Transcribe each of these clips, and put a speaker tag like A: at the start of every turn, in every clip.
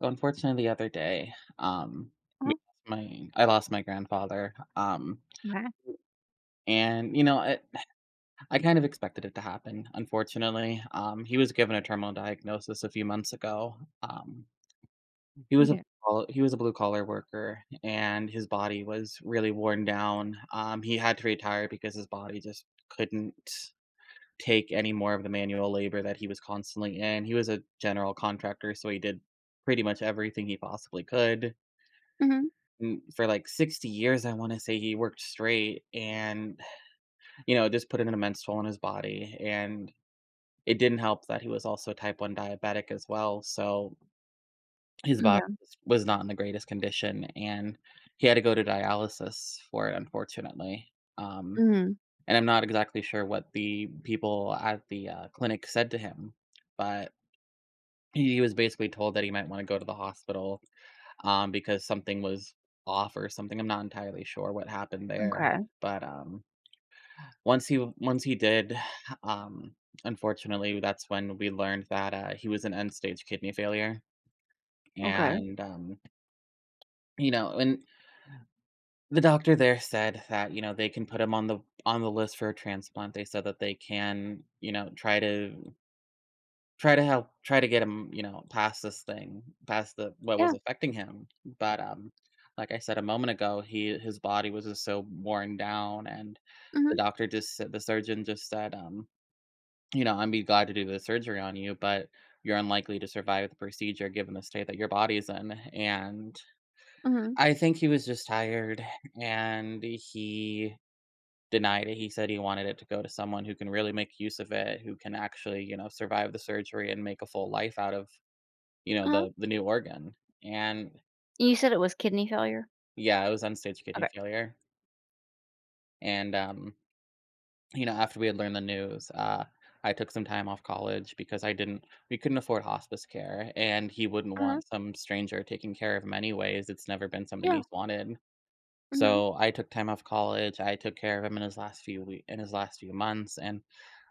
A: Unfortunately, the other day, um, we
B: uh
A: lost my I lost my grandfather,
B: okay,
A: and I kind of expected it to happen. Unfortunately, he was given a terminal diagnosis a few months ago. Um, he was a
B: okay.
A: he was a blue collar worker, and his body was really worn down. He had to retire because his body just couldn't take any more of the manual labor that he was constantly in. He was a general contractor, so he did pretty much everything he possibly could
B: Mhm,
A: For like 60 years, I wanna say. He worked straight and, just put an immense toll on his body, and it didn't help that he was also type 1 diabetic as well, so his body
B: yeah,
A: was not in the greatest condition, and he had to go to dialysis for it, unfortunately, um,
B: mhm,
A: and I'm not exactly sure what the people at the, clinic said to him, but he was basically told that he might wanna go to the hospital, because something was off or something. I'm not entirely sure what happened there,
B: okay,
A: but once he did, um, unfortunately, that's when we learned that he was in end stage kidney failure,
B: okay.
A: and and the doctor there said that you know they can put him on the list for a transplant. They said that they can you know try to try to help, try to get him, you know, past this thing, past the what
B: Yeah,
A: was affecting him, but, like I said a moment ago, he his body was just so worn down, and
B: mhm,
A: the surgeon just said, you know, "I'm be glad to do the surgery on you, but you're unlikely to survive the procedure given the state that your body's in," and
B: mhm,
A: I think he was just tired, and he denied it. He said he wanted it to go to someone who can really make use of it, who can actually, you know, survive the surgery and make a full life out of, you know,
B: uh-huh.
A: the new organ, and
B: You said it was kidney failure?
A: yeah, it was end-stage kidney
B: Okay,
A: failure, and, you know, after we had learned the news, I took some time off college because I didn't we couldn't afford hospice care, and he wouldn't
B: uh-huh,
A: want some stranger taking care of him anyways. It's never been something
B: yeah,
A: he's wanted.
B: mhm,
A: So, I took time off college, I took care of him in his last few wee in his last few months, and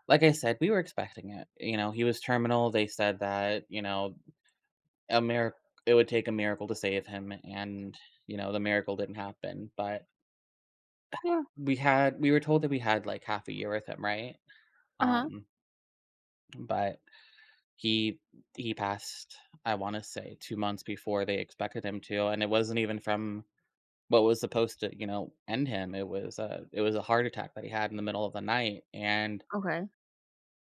A: like I said, we were expecting it. You know, he was terminal, they said that, you know, A miracle it would take a miracle to save him, and, you know, the miracle didn't happen, but
B: yeah,
A: we were told that we had, like, half a year with him, right?
B: uh-huh,
A: Um, but he he passed, I wanna say 2 months before they expected him to, and it wasn't even from what was supposed to, you know, end him. It was a heart attack that he had in the middle of the night, and
B: okay,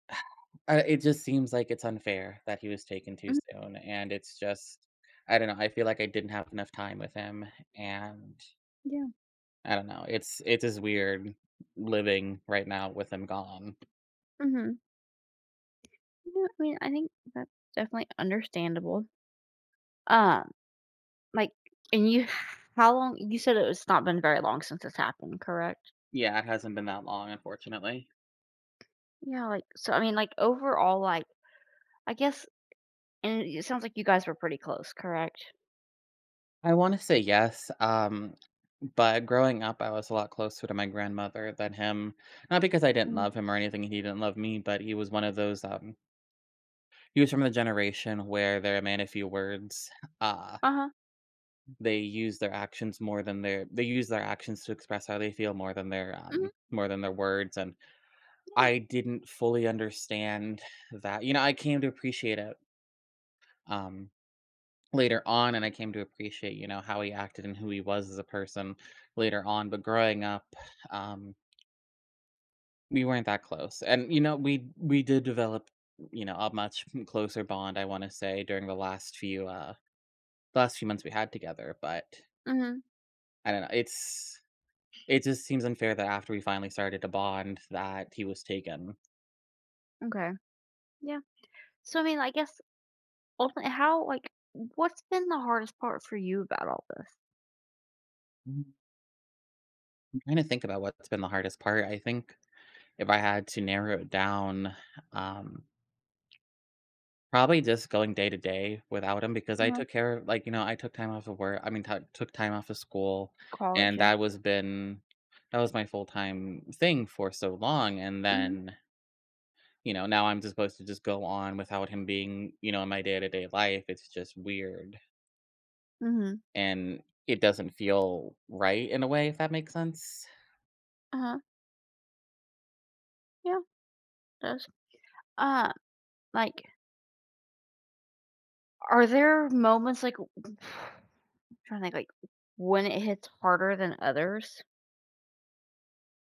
A: it just seems like it's unfair that he was taken too
B: mhm,
A: soon, and it's just, I don't know, I feel like I didn't have enough time with him, and
B: yeah,
A: I don't know. It is weird living right now with him gone.
B: mhm. Yeah, I mean, I think that's definitely understandable. Um, like, and you how long you said it was not been very long since it's happened, correct?
A: Yeah, it hasn't been that long, unfortunately.
B: Yeah, like, so, I mean, like, overall, like, I guess and it sounds like you guys were pretty close, correct?
A: I want to say yes, but growing up, I was a lot closer to my grandmother than him. Not because I didn't
B: Mm,
A: love him or anything, and he didn't love me, but he was one of those. He was from the generation where they're a man of few words. Uh,
B: uh-huh,
A: they use their actions more than their they use their actions to express how they feel
B: mhm,
A: more than their words, and
B: yeah,
A: I didn't fully understand that. You know, I came to appreciate it, um, later on, and I came to appreciate, you know, how he acted and who he was as a person later on, but growing up, um, we weren't that close, and, you know, we did develop, you know, a much closer bond, I wanna say, during the last few months we had together, but
B: mhm,
A: I don't know, it's, it just seems unfair that after we finally started to bond that he was taken.
B: okay, yeah. So, I mean, I guess ultimately, how like what's been the hardest part for you about all this?
A: Mm, I'm trying to think about what's been the hardest part. I think if I had to narrow it down, um, probably just going day to day without him because I
B: Mhm.
A: took care of, like, you know, I took time off of work. I mean, t- took time off of school,
B: College,
A: and
B: yeah.
A: that was my full time thing for so long. And
B: Mhm.
A: then, you know, now I'm just supposed to just go on without him being, you know, in my day to day life. It's just weird,
B: Mhm.
A: and it doesn't feel right in a way. If that makes sense.
B: Uh-huh. Yeah, it does. Uh, like, are there moments like I'm trying to think like when it hits harder than others?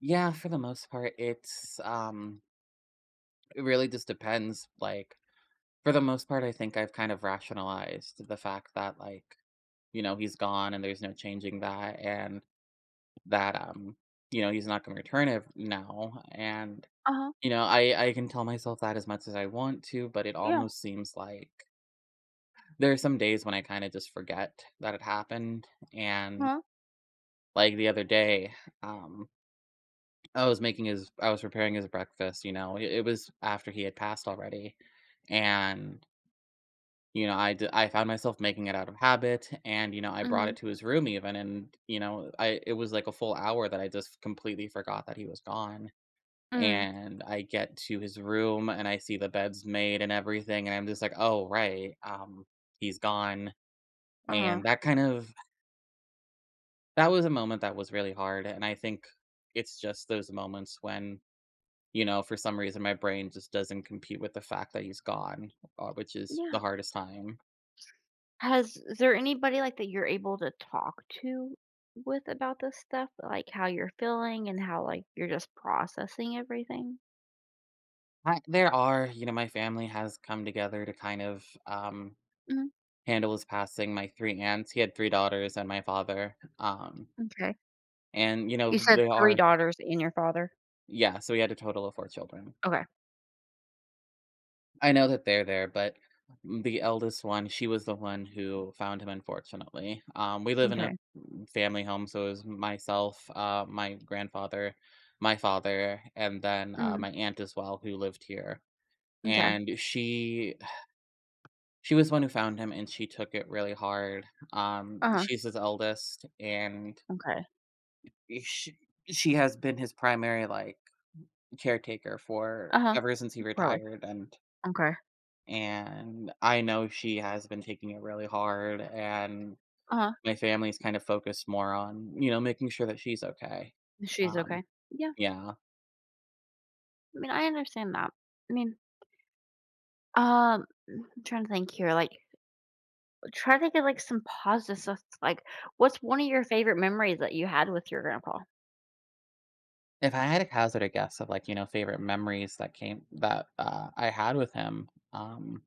A: Yeah, for the most part, it's it really just depends. For the most part, I think I've kind of rationalized the fact that, like, you know, he's gone and there's no changing that, and that, you know, he's not going to return it now. And,
B: Uh-huh.
A: you know, I can tell myself that as much as I want to, but it
B: Yeah.
A: almost seems like there are some days when I kind of just forget that it happened.
B: Uh
A: And,
B: huh?
A: like, the other day, um, I was preparing his breakfast, you know, it was after he had passed already. And you know, I found myself making it out of habit, and, you know, I brought
B: Mhm.
A: it to his room even, and, you know, I it was like a full hour that I just completely forgot that he was gone.
B: Mm.
A: And I get to his room, and I see the beds made and everything, and I'm just like, "Oh, right, he's gone."
B: Uh-huh.
A: And that kind of that was a moment that was really hard, and I think it's just those moments when, you know, for some reason, my brain just doesn't compete with the fact that he's gone, which is the
B: Yeah.
A: hardest time.
B: Has Is there anybody like that you're able to talk to with about this stuff, like how you're feeling and how like you're just processing everything?
A: There are, you know, my family has come together to kind of
B: Mhm.
A: handle his passing. My three aunts, he had three daughters and my father.
B: Okay.
A: And, you know,
B: You said 3 daughters and your father?
A: yeah, so we had a total of four children.
B: Okay,
A: I know that they're there, but the eldest one, she was the one who found him, unfortunately. We live in a
B: okay,
A: family home, so it was myself, my grandfather, my father, and then
B: mhm,
A: my aunt as well, who lived here.
B: m'kay,
A: And she was the one who found him, and she took it really hard.
B: uh-huh,
A: She's his eldest, and
B: okay,
A: she she has been his primary, like, caretaker for
B: uh-huh,
A: ever since he
B: really,
A: retired,
B: okay,
A: and I know she has been taking it really hard, and
B: uh-huh,
A: my family's kind of focused more on, you know, making sure that she's okay.
B: she's
A: Um,
B: okay. Yeah,
A: yeah.
B: I mean, I understand that. I mean, um, I'm trying to think here, like, try to get, like, some positive stuff, like, what's one of your favorite memories that you had with your grandpa?
A: If I had to hazard a guess of, like, you know, favorite memories that I had with him,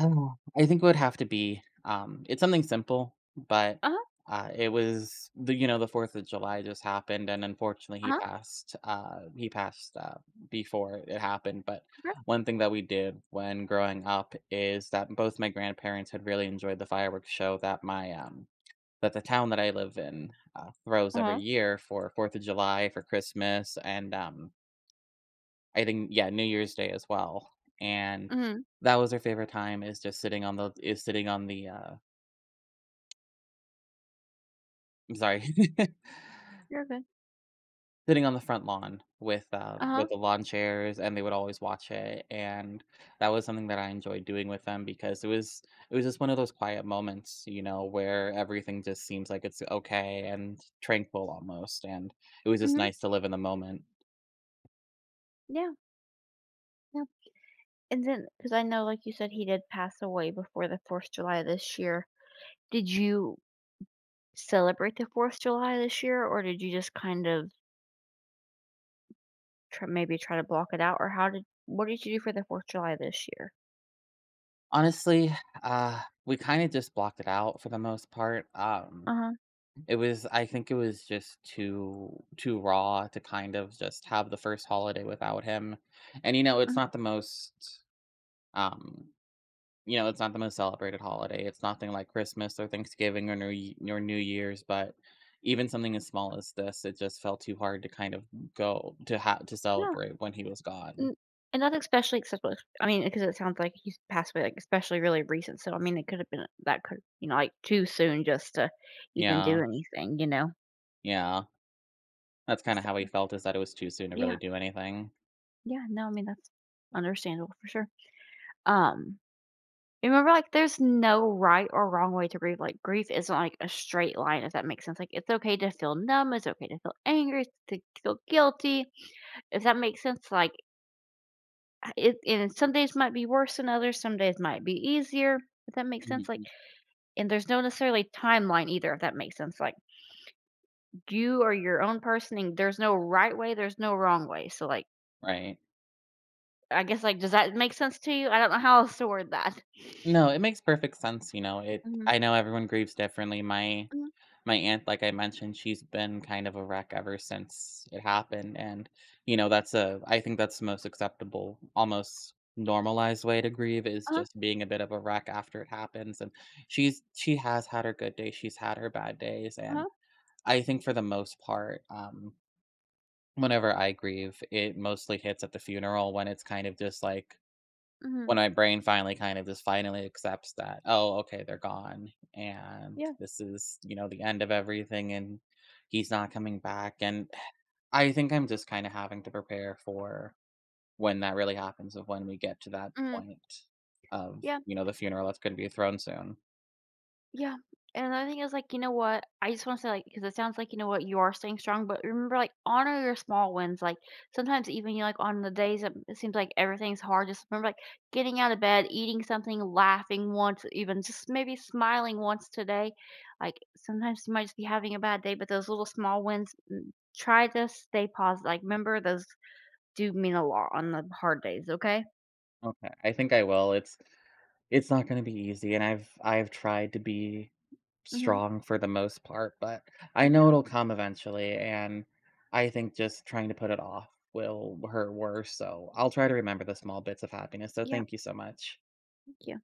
A: Oh, I think it would have to be, it's something simple, but,
B: Uh-huh,
A: it was the you know, the 4th of July just happened, and unfortunately,
B: uh-huh,
A: he passed, before it happened, but
B: okay,
A: one thing that we did when growing up is that both my grandparents had really enjoyed the fireworks show that that the town that I live in, throws every
B: uh-huh,
A: year for 4th of July, for Christmas, and, I think yeah, New Year's Day as well, and
B: mhm,
A: that was her favorite time is just sitting on the is sitting on the, I'm sorry,
B: you're good,
A: sitting on the front lawn
B: uh-huh,
A: with the lawn chairs, and they would always watch it, and that was something that I enjoyed doing with them because it was just one of those quiet moments, you know, where everything just seems like it's okay and tranquil almost, and it was just
B: mhm,
A: nice to live in the moment.
B: yeah, yeah, and then, because I know, like you said, he did pass away before the 4th of July this year. Did you celebrate the 4th of July this year, or did you just kind of tr maybe try to block it out, or how did what did you do for the 4th of July this year?
A: Honestly, we kinda just blocked it out for the most part,
B: Uh-huh,
A: It was, I think it was just too raw to kind of just have the first holiday without him. And you know, it's
B: mhm,
A: not the most um you know, it's not the most celebrated holiday. It's nothing like Christmas or Thanksgiving or New Year's, but even something as small as this, it just felt too hard to kind of go to have to
B: yeah,
A: celebrate when he was gone.
B: and and that's especially acceptable, I mean, because it sounds like he's passed away, like, especially really recent, so, I mean, it could have been that could, like, too soon just to even do
A: Yeah.
B: anything, you know?
A: Yeah. That's kind of how he
B: So
A: felt, is that it was too soon to really
B: yeah,
A: do anything.
B: yeah, no, I mean, that's understandable for sure. Um Remember, like, there's no right or wrong way to grieve, like, grief isn't, like, a straight line, if that makes sense, like, it's okay to feel numb, it's okay to feel angry, it's to feel guilty, if that makes sense, like, it and some days might be worse than others, some days might be easier, if that makes sense, like,
A: Mhm.
B: and there's no necessarily timeline either, if that makes sense, like, you are your own person, and there's no right way, there's no wrong way, so, like,
A: Right.
B: I guess, like, does that make sense to you? I don't know how else to word that.
A: No, it makes perfect sense, you know, it
B: Mhm,
A: I know everyone grieves differently.
B: mhm,
A: My aunt, like I mentioned, she's been kind of a wreck ever since it happened, and, you know, that's a I think that's the most acceptable, almost normalized way to grieve is
B: uh-huh,
A: just being a bit of a wreck after it happens, and she has had her good days, she's had her bad days, and
B: uh-huh,
A: I think for the most part, whenever I grieve, it mostly hits at the funeral when it's kind of just like when
B: mhm,
A: my brain finally kind of just finally accepts that, "Oh, okay, they're gone, and
B: yeah,
A: this is, you know, the end of everything, and he's not coming back," and I think I'm just kinda having to prepare for when that really happens, of when we get to that
B: mhm,
A: point of,
B: yeah.
A: you know, the funeral that's gonna be thrown soon.
B: Yeah, and another thing is, like, you know what? I just wanna say, like, because it sounds like, you know what, you are staying strong, but remember, like, honor your small wins, like, sometimes even, like, on the days that it seems like everything's hard, just remember, like, getting out of bed, eating something, laughing once, even just maybe smiling once today. Like, sometimes you might just be having a bad day, but those little small wins, try to stay positive, like, remember those do mean a lot on the hard days, okay?
A: Okay, I think I will. It's not gonna be easy, and I've tried to be
B: Mhm.
A: strong for the most part, but I know
B: Yeah,
A: it'll come eventually, and I think just trying to put it off will hurt worse, so I'll try to remember the small bits of happiness, so
B: yeah,
A: thank you so much.
B: thank you.